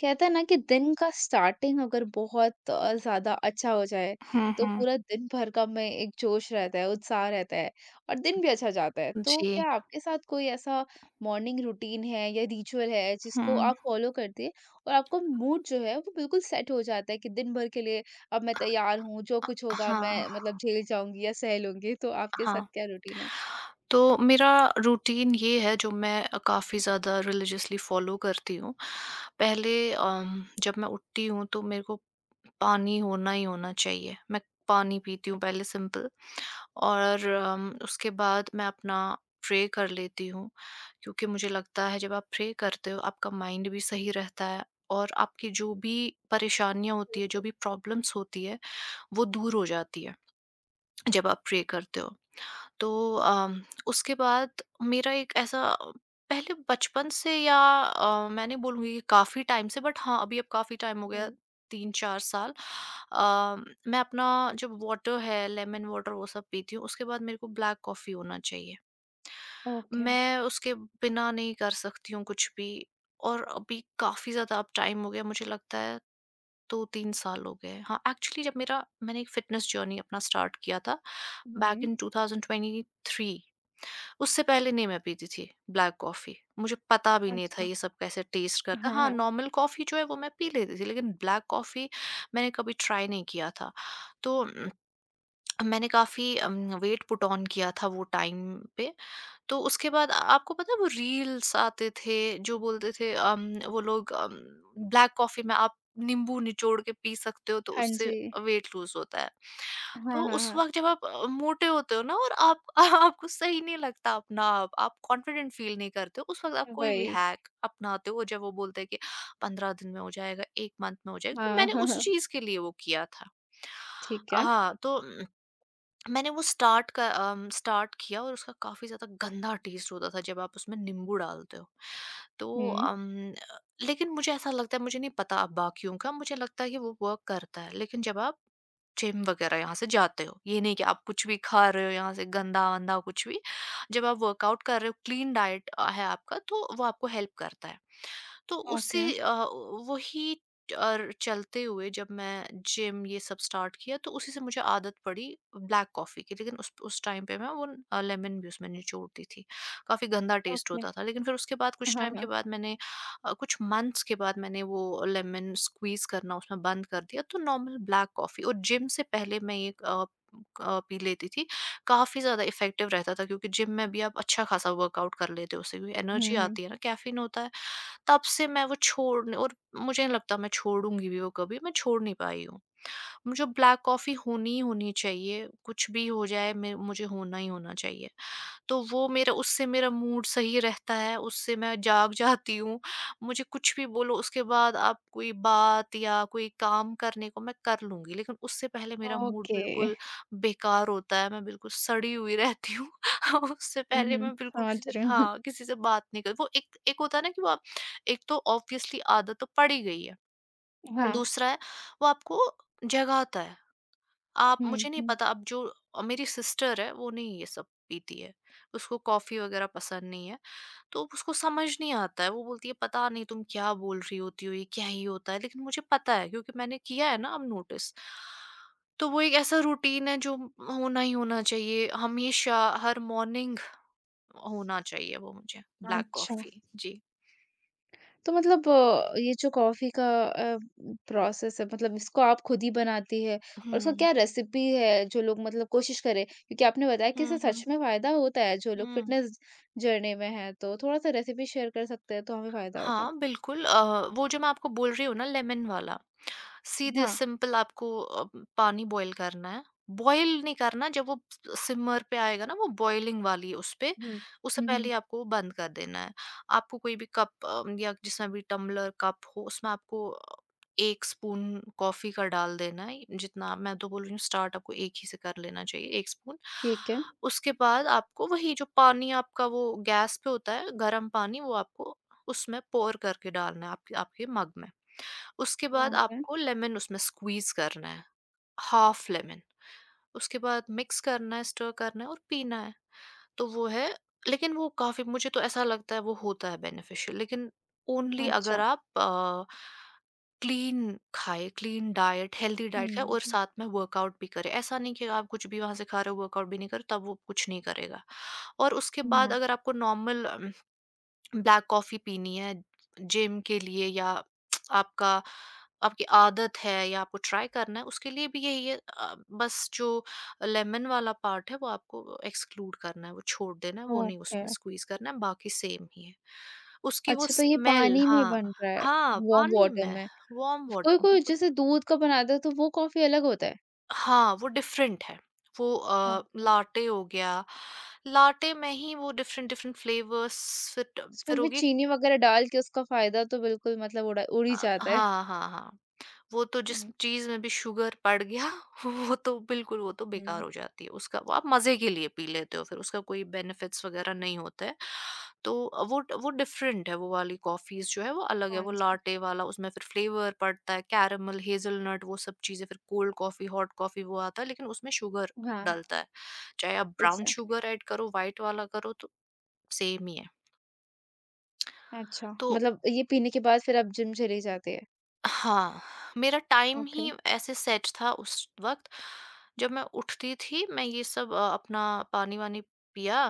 कहते हैं ना कि दिन का स्टार्टिंग अगर बहुत ज़्यादा अच्छा हो जाए, हुँ, तो हुँ। पूरा दिन भर का में एक जोश रहता है, उत्साह रहता है और दिन भी अच्छा जाता है। तो जी। क्या आपके साथ कोई ऐसा मॉर्निंग रूटीन है या रिचुअल है जिसको हुँ। आप फ़ॉलो करते हैं और आपका मूड जो है वो बिल्कुल सेट हो जाता है कि दिन भर के लिए अब मैं तैयार हूँ, जो अ, कुछ होगा हाँ, मैं मतलब झेल जाऊँगी या सह लूँगी। तो आपके साथ हाँ। क्या रूटीन है? तो मेरा रूटीन ये है जो मैं काफ़ी ज़्यादा रिलिजियसली फ़ॉलो करती हूँ। पहले जब मैं उठती हूँ तो मेरे को पानी होना ही होना चाहिए। मैं पानी पीती हुँ, हूँ पहले सिंपल। और उसके बाद मैं अपना प्रे कर लेती हूँ, क्योंकि मुझे लगता है जब आप प्रे करते हो आपका माइंड भी सही रहता है और आपकी जो भी परेशानियाँ होती हैं, जो भी प्रॉब्लम्स होती है, वो दूर हो जाती है, जब आप प्रे करते हो। तो अम, उसके बाद मेरा एक ऐसा पहले बचपन से या मैं नहीं बोलूँगी कि काफ़ी टाइम से, बट हाँ, अभी अब काफ़ी टाइम हो गया, हुँ, 3-4 साल। अ, मैं अपना जब वाटर है लेमन वाटर वो सब पीती हूँ, उसके बाद मेरे को ब्लैक कॉफ़ी होना चाहिए। ओके। मैं उसके बिना नहीं कर सकती हूँ कुछ भी। और अभी काफ़ी ज़्यादा अब टाइम हो गया, मुझे लगता है 2-3 साल हो गए हैं। हाँ, एक्चुअली जब मेरा मैंने एक फ़िटनेस जर्नी अपना स्टार्ट किया था बैक हुँ। इन 2023। उससे पहले नहीं मैं पीती थी ब्लैक कॉफ़ी। मुझे पता भी नहीं था अच्छा। ये सब कैसे टेस्ट करता है। हाँ, हाँ, हाँ। नॉर्मल कॉफ़ी जो है वो मैं पी लेती थी, लेकिन ब्लैक कॉफ़ी मैंने कभी ट्राई नहीं किया था। तो मैंने काफ़ी वेट पुट ऑन किया था वो टाइम पे। तो उसके बाद आपको पता है वो रील्स आते थे जो बोलते थे, वो लोग ब्लैक कॉफी में आप नींबू निचोड़ के पी सकते हो तो हाँ उससे जी। वेट लूज होता है। हाँ, तो हाँ, उस हाँ। वक्त जब आप मोटे होते हो ना और आप आपको सही नहीं लगता अपना आप, कॉन्फिडेंट फील नहीं करते हो, उस वक्त आप कोई भी वही। हैक अपनाते हो जब वो बोलते हैं कि पंद्रह दिन में हो जाएगा, एक मंथ में हो जाएगा। तो हाँ, मैंने हाँ, उस हाँ। चीज के लिए वो किया था। ठीक है। हाँ, तो मैंने वो स्टार्ट का स्टार्ट किया, और उसका काफ़ी ज़्यादा गंदा टेस्ट होता था जब आप उसमें नींबू डालते हो। तो हुँ, लेकिन मुझे ऐसा लगता है, मुझे नहीं पता अब बाकियों का, मुझे लगता है कि वो वर्क करता है। लेकिन जब आप जिम वग़ैरह यहाँ से जाते हो, ये नहीं कि आप कुछ भी खा रहे हो यहाँ से गंदा-वंदा कुछ भी। जब आप वर्कआउट कर रहे हो, क्लीन डाइट है आपका, तो वो आपको हेल्प करता है। तो उससे ओके, वही। और चलते हुए जब मैं जिम ये सब स्टार्ट किया तो उसी से मुझे आदत पड़ी ब्लैक कॉफ़ी की। लेकिन उस टाइम पे मैं वो लेमन भी उसमें निचोड़ती थी। काफ़ी गंदा टेस्ट ओके। होता था, लेकिन फिर उसके बाद कुछ हाँ, टाइम के हाँ। बाद मैंने कुछ मंथ्स के बाद मैंने वो लेमन स्क्वीज़ करना उसमें बंद कर दिया। तो नॉर्मल ब्लैक कॉफ़ी और जिम से पहले मैं ये पी लेती थी। काफ़ी ज़्यादा इफ़ेक्टिव रहता था, क्योंकि जिम में भी आप अच्छा खासा वर्कआउट कर लेते हो उससे, क्योंकि हुँ, एनर्जी हुँ। आती है ना, कैफ़ीन होता है। तब से मैं वो छोड़, और मुझे नहीं लगता मैं छोड़ूँगी भी वो कभी, मैं छोड़ नहीं पाई हूँ। मुझे ब्लैक कॉफ़ी होनी ही होनी चाहिए, कुछ भी हो जाए, मैं मुझे होना ही होना चाहिए। तो वो मेरा उससे मेरा मूड सही रहता है, उससे मैं जाग जाती हूँ। मुझे कुछ भी बोलो उसके बाद आप, कोई बात या कोई काम करने को मैं कर लूँगी, लेकिन उससे पहले मेरा मूड ओके। बिल्कुल बेकार होता है, मैं बिल्कुल सड़ी हुई रहती हूँ। उससे हुँ, पहले हुँ। मैं बिल्कुल किसी से समझ रही हूँ। हाँ, किसी से बात नहीं कर, वो एक एक होता है ना कि वो आप। एक तो ऑब्वियसली आदत तो पड़ ही गई है। हाँ। दूसरा है वो आपको जगाता है। आप हुँ, मुझे नहीं हुँ। पता, अब जो मेरी सिस्टर है वो नहीं ये सब पीती है। उसको कॉफ़ी वग़ैरह पसंद नहीं है, तो उसको समझ नहीं आता है। वो बोलती है, पता नहीं तुम क्या बोल रही होती हो, ये क्या ही होता है? लेकिन मुझे पता है क्योंकि मैंने किया है ना अब नोटिस। तो वो एक ऐसा रूटीन है जो होना ही होना चाहिए, हमेशा, हर मॉर्निंग होना चाहिए वो मुझे, ब्लैक अच्छा, कॉफ़ी। जी। तो मतलब ये जो कॉफ़ी का प्रोसेस है मतलब इसको आप खुद ही बनाती है और उसका हुँ। क्या रेसिपी है जो लोग मतलब कोशिश करें? क्योंकि आपने बताया कि हुँ, इससे सच हुँ, में फ़ायदा होता है जो लोग हुँ। फ़िटनेस जर्नी में हैं, तो थोड़ा-सा रेसिपी शेयर कर सकते हैं तो हमें फ़ायदा होगा। हाँ, बिल्कुल। वो जो मैं आपको बोल रही हूँ ना, लेमन वाला, सीधे हाँ। सिंपल आपको पानी बॉईल करना है। बॉईल नहीं करना, जब वो सिमर पे आएगा ना, वो बॉइलिंग वाली उसपे, हुँ। उससे हुँ, पहले हुँ। ही आपको बंद कर देना है। आपको कोई भी कप या जिसमें भी टम्बलर, कप हो उसमें आपको 1 स्पून कॉफ़ी का डाल देना है। जितना मैं तो बोल रही हूँ, स्टार्ट आपको 1 ही से कर लेना चाहिए, 1 स्पून। ठीक है। उसके बाद आपको वही जो पानी आपका वो गैस पे होता है, गरम पानी, वो आपको उसमें पोर करके डालना है, आपके आपके मग में। उसके बाद ओके। आपको लेमन उसमें स्क्वीज करना है, हाफ लेमन। उसके बाद मिक्स करना है, स्टर करना है और पीना है। तो वो है। लेकिन वो काफी, मुझे तो ऐसा लगता है वो होता है बेनिफिशियल, लेकिन ओनली अगर अच्छा, आप क्लीन खाए, क्लीन डाइट, हेल्दी डाइट खाए हुँ, और साथ में वर्कआउट भी करें। ऐसा नहीं कि आप कुछ भी वहां से खा रहे हो, वर्कआउट भी नहीं कर, तब वो कुछ नहीं करेगा। और उसके बाद ना अगर आपको नॉर्मल ब्लैक कॉफ़ी पीनी है जिम के लिए, या आपका आपकी आदत है या आपको ट्राई करना है, उसके लिए भी यही है। बस जो लेमन वाला पार्ट है वो आपको एक्सक्लूड करना है, वो छोड़ देना है, वो नहीं ओके। उसमें स्क्वीज करना है, बाकी सेम ही है। उसकी वो अच्छा, तो ये स्मेल। पानी में हाँ। बन रहा है, हाँ, वार्म पानी वाटर में। में। वार्म वाटर, कोई-कोई बिल्कुल। जैसे दूध का बनाता है तो वो कॉफ़ी अलग होता है? हाँ, वो डिफरेंट है। वो ओके, लाटे हो गया। लाटे में ही वो डिफरेंट डिफरेंट फ्लेवर्स फिर। फिर उसमें भी होगी। चीनी वगैरह डाल के उसका फ़ायदा तो बिल्कुल मतलब उड़ा उड़ ही जाता है। हाँ, हाँ, हाँ, वो तो जिस हुँ, चीज़ में भी शुगर पड़ गया वो तो बिल्कुल, वो तो हुँ, बेकार हो जाती है। उसका वो आप मज़े के लिए पी लेते हो, फिर उसका कोई बेनिफिट्स वग़ैरह नहीं होता है। तो वो डिफ़रेंट है, वो वाली कॉफ़ीज़ जो है वो अलग है। हाँ वो जी, लाटे वाला, उसमें फिर फ्लेवर पड़ता है कैरेमल, हेज़लनट, वो सब चीज़ें, फिर कोल्ड कॉफ़ी, हॉट कॉफ़ी वो आता है, लेकिन उसमें शुगर हाँ, डलता है। चाहे आप ब्राउन एग्ज़ैक्टली। शुगर ऐड करो, व्हाइट वाला करो, तो सेम ही है। अच्छा, तो मतलब ये पीने के बाद फिर आप जिम चली जाती हैं? हाँ, मेरा टाइम ओके, ही ऐसे सेट था उस वक़्त। जब मैं उठती थी, मैं ये सब अपना पानी-वानी पिया,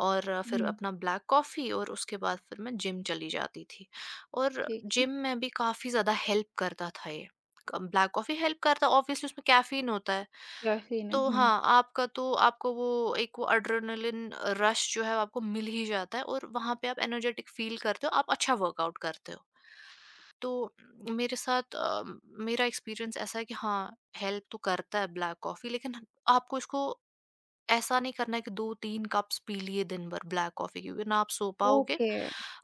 और फिर हुँ, अपना ब्लैक कॉफ़ी, और उसके बाद फिर मैं जिम चली जाती थी। और ठीक है, जिम में भी काफ़ी ज़्यादा हेल्प करता था ये। क ब्लैक कॉफ़ी हेल्प करता ऑब्वियसली, उसमें कैफ़ीन होता है। कैफ़ीन है, तो हुँ, हाँ, आपका तो आपको वो एक वो एड्रेनालिन रश जो है, आपको मिल ही जाता है और वहाँ पे आप एनर्जेटिक फ़ील करते हो, आप अच्छा वर्कआउट करते हो। तो मेरे साथ मेरा एक्सपीरियंस ऐसा है कि हाँ, हेल्प तो करता है ब्लैक कॉफ़ी, लेकिन आपको इसको ऐसा नहीं करना है कि 2-3 कप्स पी लिए दिन भर, ब्लैक कॉफ़ी के बिना आप सो पाओगे। ओके,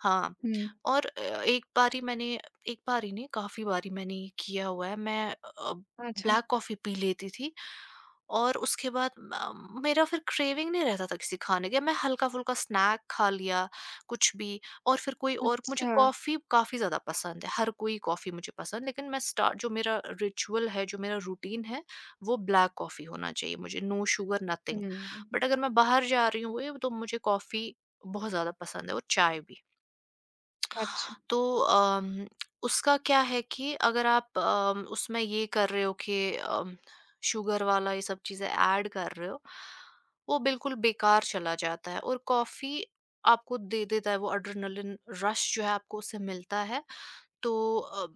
हाँ, हुँ, और एक बारी मैंने, एक बारी नहीं काफ़ी बारी मैंने ये किया हुआ है, मैं अच्छा, ब्लैक कॉफ़ी पी लेती थी और उसके बाद मेरा फिर क्रेविंग नहीं रहता था किसी खाने का, मैं हल्का-फुल्का स्नैक खा लिया, कुछ भी। और फिर कोई और, मुझे अच्छा, कॉफ़ी काफ़ी ज़्यादा पसंद है, हर कोई कॉफ़ी मुझे पसंद, लेकिन मैं स्टार्ट जो मेरा रिचुअल है, जो मेरा रूटीन है, वो ब्लैक कॉफ़ी होना चाहिए मुझे, नो शुगर नथिंग। हुँ, बट अगर मैं बाहर जा रही हूँ, तो मुझे कॉफ़ी बहुत ज़्यादा पसंद है और चाय भी। अच्छा, तो उसका क्या है कि अगर आप उसमें ये कर रहे हो कि शुगर वाला ये सब चीज़ें ऐड कर रहे हो, वो बिल्कुल बेकार चला जाता है। और कॉफ़ी आपको दे देता है वो एड्रेनलिन रश जो है, आपको उससे मिलता है। तो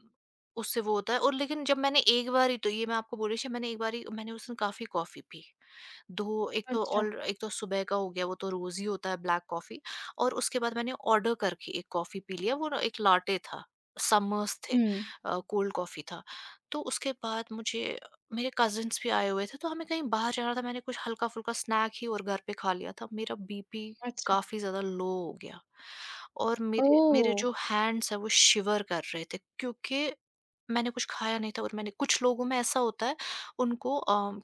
उससे वो होता है। और लेकिन जब मैंने एक बार ही, तो ये मैं आपको बोल रही थी, मैंने एक बार ही मैंने उस दिन काफ़ी कॉफ़ी पी। 2, एक तो अच्छा, ऑल, एक तो सुबह का हो गया, वो तो रोज़ ही होता है ब्लैक कॉफ़ी, और उसके बाद मैंने ऑर्डर करके एक कॉफ़ी पी लिया, वो ना एक लाटे था, समर्स थे, हुँ। कोल्ड कॉफ़ी था। तो उसके बाद मुझे मेरे कज़िन्स भी आए हुए थे, तो हमें कहीं बाहर जाना था, मैंने कुछ हल्का-फुल्का स्नैक ही और घर पे खा लिया था। मेरा बीपी अच्छा। काफ़ी ज़्यादा लो हो गया, और मेरे मेरे ओह! जो हैंड्स हैं वो शिवर कर रहे थे, क्योंकि मैंने कुछ खाया नहीं था। और मैंने कुछ, लोगों में ऐसा होता है, उनको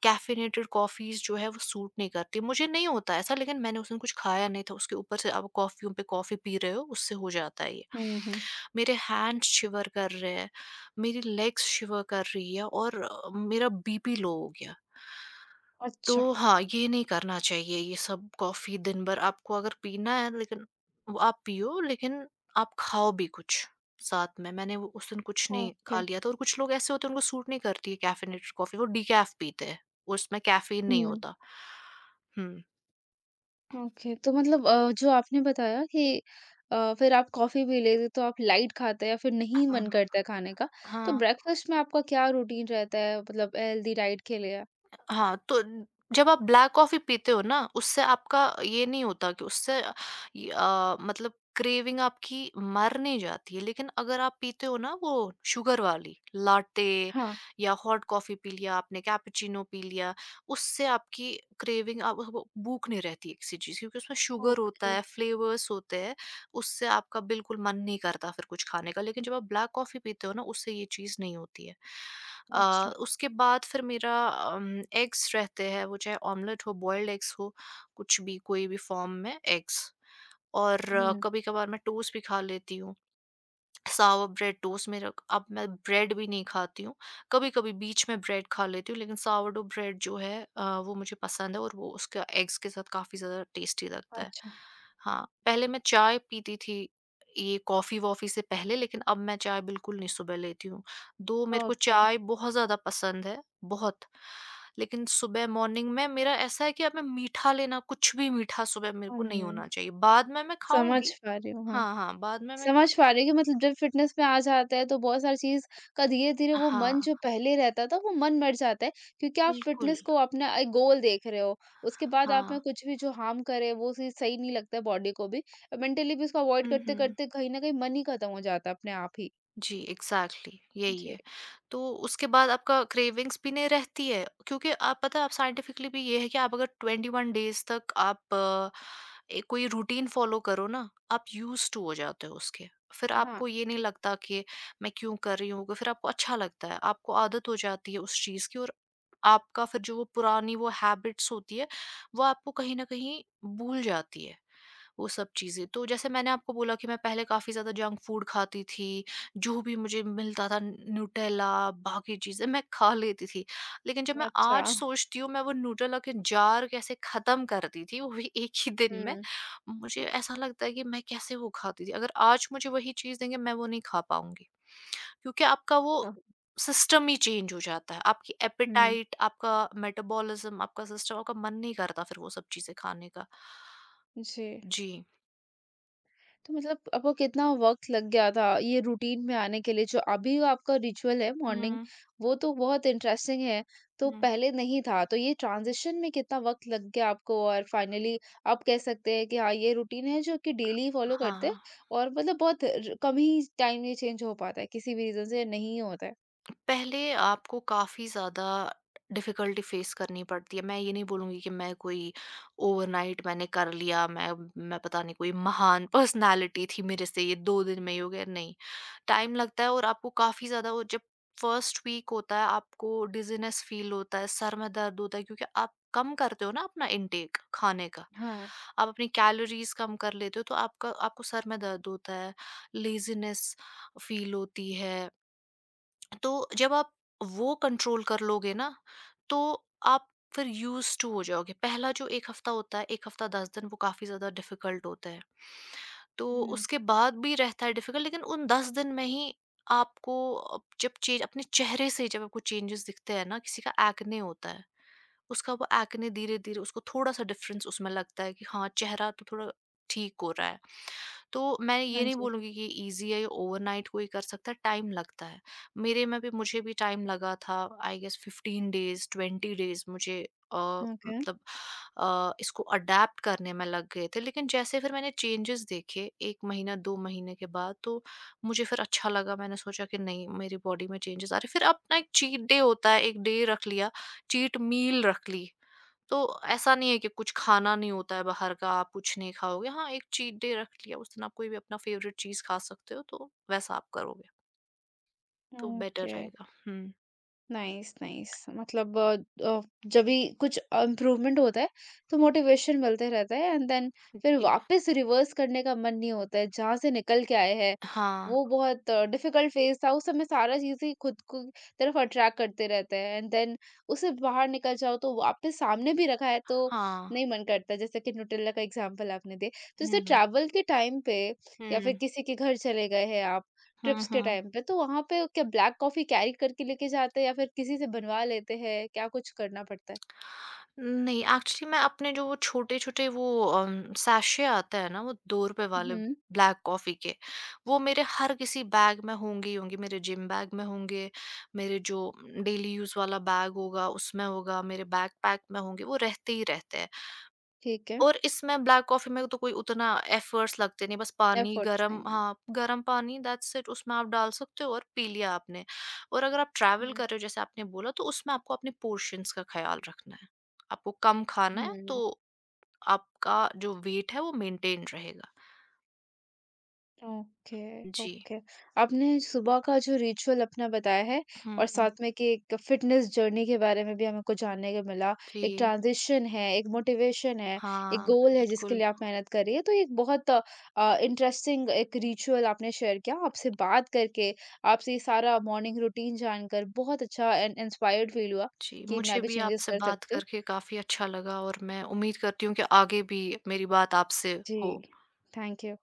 कैफिनेटेड कॉफ़ीज़ जो है वो सूट नहीं करती, मुझे नहीं होता ऐसा, लेकिन मैंने उस दिन कुछ खाया नहीं था, उसके ऊपर से आप कॉफ़ियों पे कॉफ़ी पी रहे हो, उससे हो जाता है ये, हुँ, हुँ। मेरे हैंड शिवर कर रहे हैं, मेरी लेग्स शिवर कर रही है, और मेरा बीपी लो हो गया। अच्छा, तो हाँ, ये नहीं करना चाहिए। ये सब कॉफ़ी दिन भर आपको अगर पीना है, लेकिन वो आप पियो, लेकिन आप खाओ भी कुछ साथ में। मैंने वो उस दिन कुछ नहीं ओके। खा लिया था। और कुछ लोग ऐसे होते हैं, उनको सूट नहीं करती है कैफ़ीनेटेड कॉफ़ी, वो डिकैफ़ पीते हैं, उसमें कैफ़ीन नहीं हुँ, होता। हुँ। ओके। तो मतलब जो आपने बताया कि फिर आप कॉफ़ी भी लेते तो आप लाइट खाते हैं या फिर नहीं हाँ, मन करता है खाने का, तो हाँ। ब्रेकफ़ास्ट में आपका क्या रूटीन रहता है मतलब हेल्दी डाइट के लिए? हाँ, तो न जब आप ब्लैक कॉफ़ी पीते हो ना, उससे आपका ये नहीं होता कि उससे मतलब क्रेविंग आपकी मर नहीं जाती है। लेकिन अगर आप पीते हो ना वो शुगर वाली, लाटे हाँ, या हॉट कॉफ़ी पी लिया आपने, कैपुचिनो पी लिया, उससे आपकी क्रेविंग अब वो भूख नहीं रहती है किसी चीज़ की, क्योंकि उसमें शुगर होता ओके। है, फ्लेवर्स होते हैं। उससे आपका बिल्कुल मन नहीं करता फिर कुछ खाने का। लेकिन जब आप ब्लैक कॉफ़ी पीते हो ना, उससे ये चीज़ नहीं होती है। अच्छा। उसके बाद फिर मेरा एग्स रहते हैं, वो चाहे ऑमलेट हो, बॉइल्ड एग्स हो, कुछ भी कोई भी फ़ॉर्म में एग्स। और हुँ, कभी-कभार मैं टोस्ट भी खा लेती हूँ। सावा ब्रेड टोस्ट में रख अब मैं ब्रेड भी नहीं खाती हूँ। कभी-कभी बीच में ब्रेड खा लेती हूँ, लेकिन सावरडो ब्रेड जो है वो मुझे पसंद है और वो उसका एग्स के साथ काफ़ी ज़्यादा टेस्टी लगता है। अच्छा, हाँ, पहले मैं चाय पीती थी, ये कॉफ़ी-वॉफ़ी से पहले, लेकिन अब मैं चाय बिल्कुल नहीं सुबह लेती हूँ। दो मेरे को ओके। चाय बहुत ज़्यादा पसंद है, बहुत। लेकिन सुबह मॉर्निंग में मेरा ऐसा है कि अब मैं मीठा लेना, कुछ भी मीठा सुबह मेरे को नहीं हुँ, होना चाहिए। बाद में मैं समझ खाऊँगी। पा रही हूँ, हाँ। हाँ, हाँ, बाद में मैं समझ पा रही हूँ कि मतलब जब फिटनेस में आ जाता है तो बहुत सारी चीज़ का धीरे-धीरे वो हाँ। मन जो पहले रहता था वो मन मर जाता है, क्योंकि आप बिल्कुल, फिटनेस को अपना एक गोल देख रहे हो। उसके बाद आप हाँ। में कुछ भी जो हार्म करे वो चीज़ सही नहीं लगता है बॉडी को भी और मेंटली भी उसको अवॉइड हुँ, हुँ। करते-करते कहीं न कहीं मन ही खत्म हो जाता है अपने आप ही। जी, एग्ज़ैक्टली यही जी, है। तो उसके बाद आपका क्रेविंग्स भी नहीं रहती है, क्योंकि आप पता है, आप साइंटिफिकली भी ये है कि आप अगर 21 डेज़ तक आप कोई रूटीन फ़ॉलो करो ना, आप यूज़्ड टू हो जाते हो उसके। फिर हाँ। आपको ये नहीं लगता कि मैं क्यों कर रही हूँ? फिर आपको अच्छा लगता है, आपको आदत हो जाती है उस चीज़ की, और आपका फिर जो वो पुरानी वो हैबिट्स होती है, वो आपको कहीं न कहीं भूल जाती है। वो सब चीज़ें। तो जैसे मैंने आपको बोला कि मैं पहले काफ़ी ज़्यादा जंक फूड खाती थी, जो भी मुझे मिलता था, न्यूटेला बाकी चीज़ें मैं खा लेती थी। लेकिन जब मैं आज अच्छा, सोचती हूँ, मैं वो न्यूटेला के जार कैसे ख़त्म कर दी थी, वो भी एक ही दिन में। हुँ। मुझे ऐसा लगता है कि मैं कैसे वो खाती थी। अगर आज मुझे वही चीज़ देंगे, मैं वो नहीं खा पाऊँगी। क्योंकि आपका वो सिस्टम ही चेंज हो जाता है। आपकी हुँ, एपेटाइट, आपका मेटाबॉलिज़्म, आपका सिस्टम, आपका मन नहीं करता फिर वो सब चीज़ें खाने का। जी। जी। तो मतलब आपको कितना वक़्त लग गया था ये रूटीन में आने के लिए? जो अभी आपका रिचुअल है मॉर्निंग, हुँ, वो तो बहुत इंटरेस्टिंग है, तो हुँ। पहले नहीं था। तो ये ट्रांज़िशन में कितना वक़्त लग गया आपको और फाइनली आप कह सकते हैं कि हाँ, ये रूटीन है जो कि डेली फॉलो करते हैं हाँ, और मतलब बहुत र कम ही टाइम में चेंज हो पाता है, किसी भी रीज़न से नहीं होता है? पहले आपको काफ़ी ज़्यादा डिफ़िकल्टी फ़ेस करनी पड़ती है। मैं ये नहीं बोलूँगी कि मैं कोई ओवरनाइट मैंने कर लिया, मैं पता नहीं कोई महान पर्सनैलिटी थी, मेरे से ये 2 दिन में ही हो गया, नहीं। टाइम लगता है, और आपको काफ़ी ज़्यादा वो जब फर्स्ट वीक होता है, आपको डिज़ीनेस फ़ील होता है, सर में दर्द होता है, क्योंकि आप कम करते हो ना अपना इंटेक खाने का। हाँ। आप अपनी कैलोरीज़ कम कर लेते हो, तो आपका आपको सर में दर्द होता है, लेज़ीनेस फ़ील होती है। तो जब आप वो कंट्रोल कर लोगे ना, तो आप फिर यूज़्ड टू हो जाओगे। पहला जो 1 हफ़्ता होता है, 1 हफ़्ता 10 दिन, वो काफ़ी ज़्यादा डिफ़िकल्ट होता है। तो हुँ। उसके बाद भी रहता है डिफ़िकल्ट, लेकिन उन 10 दिन में ही आपको जब चेंज अपने चेहरे से जब आपको चेंजेस दिखते हैं ना, किसी का एक्ने होता है, उसका वो एक्ने धीरे-धीरे उसको थोड़ा-सा डिफ़रेंस उसमें लगता है कि हाँ, चेहरा तो थोड़ा ठीक हो रहा है। तो मैं हाँ ये नहीं जी। बोलूँगी कि ईज़ी है, ये ओवरनाइट कोई कर सकता है, टाइम लगता है। मेरे में भी, मुझे भी टाइम लगा था। आई गेस 15 डेज़, 20 डेज़ मुझे अ, ओके। मतलब इसको अडैप्ट करने में लग गए थे। लेकिन जैसे फिर मैंने चेंजेस देखे 1 महीना, 2 महीने के बाद, तो मुझे फिर अच्छा लगा। मैंने सोचा कि नहीं, मेरी बॉडी में चेंजेस आ रहे। फिर अपना एक चीट डे होता है, 1 डे रख लिया, चीट मील रख ली। तो ऐसा नहीं है कि कुछ खाना नहीं होता है बाहर का, आप कुछ नहीं खाओगे। हाँ, एक चीट डे रख लिया, उस दिन आप कोई भी अपना फ़ेवरेट चीज़ खा सकते हो, तो वैसा आप करोगे, तो बेटर ओके। रहेगा। हुँ, नाइस नाइस। मतलब अ, जब भी कुछ इम्प्रूवमेंट होता है तो मोटिवेशन मिलते रहता है एंड देन फिर जी। वापस रिवर्स करने का मन नहीं होता है जहां से निकल के आए हैं। हाँ, वो बहुत डिफिकल्ट फेज था उस समय, सारा चीजें खुद को तरफ अट्रैक्ट करते रहते हैं एंड देन उससे बाहर निकल जाओ तो वापस सामने भी रखा है तो हाँ। नहीं मन करता, जैसे कि न्यूट्रेला का एग्जांपल आपने दिया। तो हुँ, जैसे हुँ। ट्रैवल के टाइम पे या फिर किसी के घर चले गए हैं आप, हुँ, ट्रिप्स के हुँ। टाइम पे, तो वहाँ पे क्या ब्लैक कॉफ़ी कैरी करके लेके जाते हैं या फिर किसी से बनवा लेते हैं? क्या कुछ करना पड़ता है? नहीं, एक्चुअली मैं अपने जो वो छोटे-छोटे वो सैशे आते हैं ना, वो ₹2 वाले हुँ, ब्लैक कॉफ़ी के, वो मेरे हर किसी बैग में होंगे ही होंगे। मेरे जिम बैग में होंगे, मेरे जो डेली यूज़ वाला बैग होगा उसमें होगा, मेरे बैकपैक में होंगे, वो रहते ही रहते हैं। ठीक है। और इसमें ब्लैक कॉफ़ी में तो कोई उतना एफर्ट्स लगते नहीं, बस पानी एफर्ट्स गरम, आएँगे। हाँ, गरम पानी दैट्स इट, उसमें आप डाल सकते हो और पी लिया आपने। और अगर आप ट्रैवल हुँ, कर रहे हो जैसे आपने बोला, तो उसमें आपको अपने पोर्शंस का ख़्याल रखना है। आपको कम खाना है, तो हुँ। आपका जो वेट है वो मेंटेन रहेगा। ओके। जी। ओके। आपने सुबह का जो रिचुअल अपना बताया है हुँ, और हुँ। साथ में कि एक फिटनेस जर्नी के बारे में भी हमें को जानने को मिला, एक जी। ट्रांजिशन है, एक मोटिवेशन है, एक हाँ, गोल है जिसके बिल्कुल। लिए आप मेहनत कर रही है। तो ये एक बहुत इंटरेस्टिंग एक रिचुअल आपने शेयर किया। आपसे बात करके, आपसे ये सारा मॉर्निंग रूटीन जानकर बहुत अच्छा एंड इंस्पायर्ड फील हुआ जी, कि मुझे मैं भी भी चेंजेस आपसे कर बात सकती हूँ। करके काफ़ी अच्छा लगा, और मैं उम्मीद करती हूँ कि आगे भी मेरी बात आपसे जी, हो। Thank you.